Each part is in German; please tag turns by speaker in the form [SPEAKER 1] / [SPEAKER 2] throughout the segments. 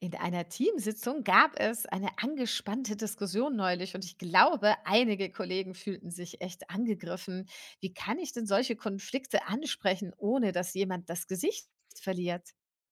[SPEAKER 1] In einer Teamsitzung gab es eine angespannte Diskussion neulich und ich glaube, einige Kollegen fühlten sich echt angegriffen. Wie kann ich denn solche Konflikte ansprechen, ohne dass jemand das Gesicht verliert?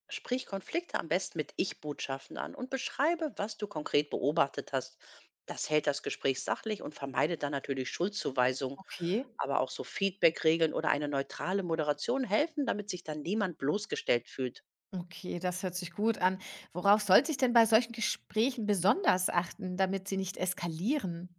[SPEAKER 2] Sprich Konflikte am besten mit Ich-Botschaften an und beschreibe, was du konkret beobachtet hast. Das hält das Gespräch sachlich und vermeidet dann natürlich Schuldzuweisungen.
[SPEAKER 1] Okay,
[SPEAKER 2] Aber auch so Feedback-Regeln oder eine neutrale Moderation helfen, damit sich dann niemand bloßgestellt fühlt.
[SPEAKER 1] okay, das hört sich gut an. Worauf sollte ich denn bei solchen Gesprächen besonders achten, damit sie nicht eskalieren?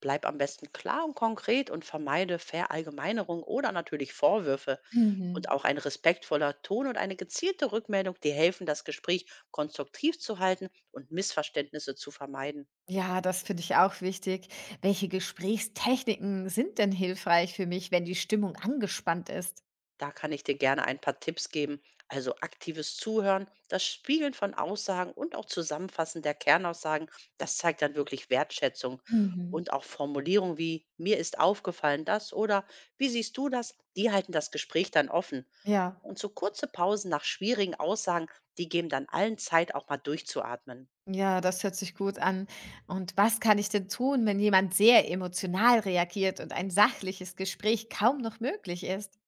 [SPEAKER 2] Bleib am besten klar und konkret und vermeide Verallgemeinerung oder natürlich Vorwürfe.
[SPEAKER 1] Mhm.
[SPEAKER 2] Und auch ein respektvoller Ton und eine gezielte Rückmeldung, die helfen, das Gespräch konstruktiv zu halten und Missverständnisse zu vermeiden.
[SPEAKER 1] Ja, das finde ich auch wichtig. Welche Gesprächstechniken sind denn hilfreich für mich, wenn die Stimmung angespannt ist?
[SPEAKER 2] Da kann ich dir gerne ein paar Tipps geben. Also aktives Zuhören, das Spiegeln von Aussagen und auch Zusammenfassen der Kernaussagen, das zeigt dann wirklich Wertschätzung.
[SPEAKER 1] Mhm.
[SPEAKER 2] Und auch Formulierungen wie mir ist aufgefallen das oder wie siehst du das, die halten das Gespräch dann offen.
[SPEAKER 1] Ja.
[SPEAKER 2] Und so kurze Pausen nach schwierigen Aussagen, die geben dann allen Zeit, auch mal durchzuatmen.
[SPEAKER 1] Ja, das hört sich gut an. Und was kann ich denn tun, wenn jemand sehr emotional reagiert und ein sachliches Gespräch kaum noch möglich ist?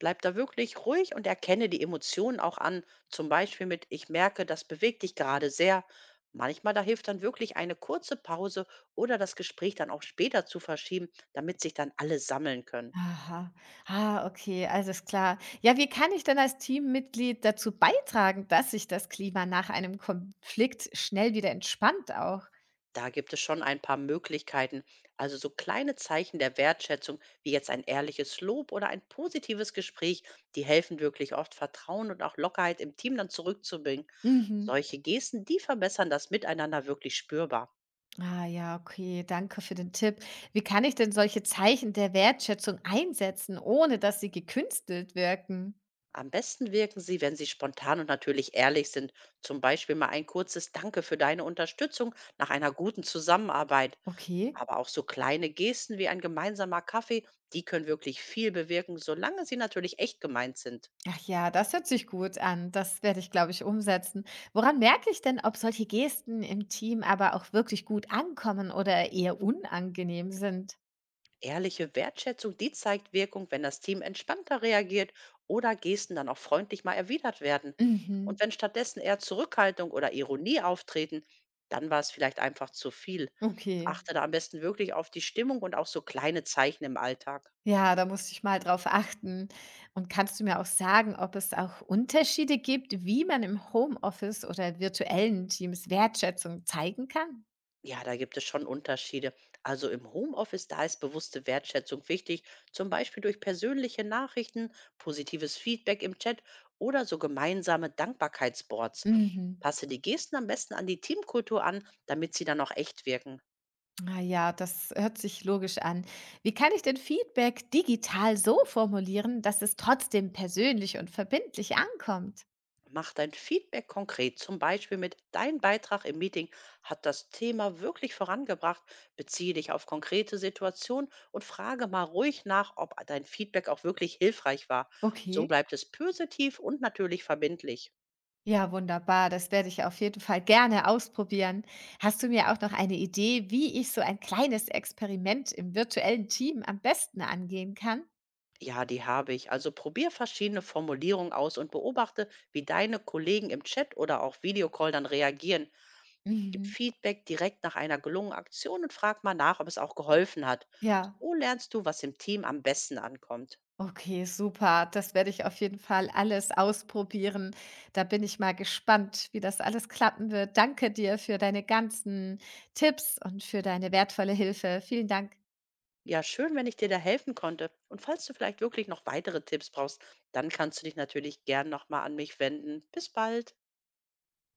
[SPEAKER 2] Bleib da wirklich ruhig und erkenne die Emotionen auch an. Zum Beispiel mit, ich merke, das bewegt dich gerade sehr. Manchmal da hilft dann wirklich eine kurze Pause oder das Gespräch dann auch später zu verschieben, damit sich dann alle sammeln können.
[SPEAKER 1] Aha, ah, okay, alles klar. Ja, wie kann ich denn als Teammitglied dazu beitragen, dass sich das Klima nach einem Konflikt schnell wieder entspannt auch?
[SPEAKER 2] Da gibt es schon ein paar Möglichkeiten. Also so kleine Zeichen der Wertschätzung, wie jetzt ein ehrliches Lob oder ein positives Gespräch, die helfen wirklich oft, Vertrauen und auch Lockerheit im Team dann zurückzubringen.
[SPEAKER 1] Mhm.
[SPEAKER 2] Solche Gesten, die verbessern das Miteinander wirklich spürbar.
[SPEAKER 1] Ah ja, okay, danke für den Tipp. Wie kann ich denn solche Zeichen der Wertschätzung einsetzen, ohne dass sie gekünstelt wirken?
[SPEAKER 2] Am besten wirken sie, wenn sie spontan und natürlich ehrlich sind. Zum Beispiel mal ein kurzes Danke für deine Unterstützung nach einer guten Zusammenarbeit.
[SPEAKER 1] Okay.
[SPEAKER 2] Aber auch so kleine Gesten wie ein gemeinsamer Kaffee, die können wirklich viel bewirken, solange sie natürlich echt gemeint sind.
[SPEAKER 1] Ach ja, das hört sich gut an. Das werde ich, glaube ich, umsetzen. Woran merke ich denn, ob solche Gesten im Team aber auch wirklich gut ankommen oder eher unangenehm sind?
[SPEAKER 2] Ehrliche Wertschätzung, die zeigt Wirkung, wenn das Team entspannter reagiert oder Gesten dann auch freundlich mal erwidert werden.
[SPEAKER 1] Mhm.
[SPEAKER 2] Und wenn stattdessen eher Zurückhaltung oder Ironie auftreten, dann war es vielleicht einfach zu viel.
[SPEAKER 1] Okay.
[SPEAKER 2] Achte da am besten wirklich auf die Stimmung und auch so kleine Zeichen im Alltag.
[SPEAKER 1] Ja, da muss ich mal drauf achten. Und kannst du mir auch sagen, ob es auch Unterschiede gibt, wie man im Homeoffice oder virtuellen Teams Wertschätzung zeigen kann?
[SPEAKER 2] Ja, da gibt es schon Unterschiede. Also im Homeoffice, da ist bewusste Wertschätzung wichtig, zum Beispiel durch persönliche Nachrichten, positives Feedback im Chat oder so gemeinsame Dankbarkeitsboards.
[SPEAKER 1] Mhm.
[SPEAKER 2] Passe die Gesten am besten an die Teamkultur an, damit sie dann auch echt wirken.
[SPEAKER 1] Ah ja, das hört sich logisch an. Wie kann ich denn Feedback digital so formulieren, dass es trotzdem persönlich und verbindlich ankommt?
[SPEAKER 2] Mach dein Feedback konkret, zum Beispiel mit Dein Beitrag im Meeting hat das Thema wirklich vorangebracht. Beziehe dich auf konkrete Situationen und frage mal ruhig nach, ob dein Feedback auch wirklich hilfreich war. So
[SPEAKER 1] Okay.
[SPEAKER 2] bleibt es positiv und natürlich verbindlich.
[SPEAKER 1] Ja, wunderbar. Das werde ich auf jeden Fall gerne ausprobieren. Hast du mir auch noch eine Idee, wie ich so ein kleines Experiment im virtuellen Team am besten angehen kann?
[SPEAKER 2] Ja, die habe ich. Also probier verschiedene Formulierungen aus und beobachte, wie deine Kollegen im Chat oder auch Videocall dann reagieren. Gib
[SPEAKER 1] Mhm.
[SPEAKER 2] Feedback direkt nach einer gelungenen Aktion und frag mal nach, ob es auch geholfen hat.
[SPEAKER 1] Ja,
[SPEAKER 2] So lernst du, was im Team am besten ankommt.
[SPEAKER 1] okay, super. Das werde ich auf jeden Fall alles ausprobieren. Da bin ich mal gespannt, wie das alles klappen wird. Danke dir für deine ganzen Tipps und für deine wertvolle Hilfe. Vielen Dank.
[SPEAKER 2] Ja, schön, wenn ich dir da helfen konnte. Und falls du vielleicht wirklich noch weitere Tipps brauchst, dann kannst du dich natürlich gern nochmal an mich wenden. Bis bald.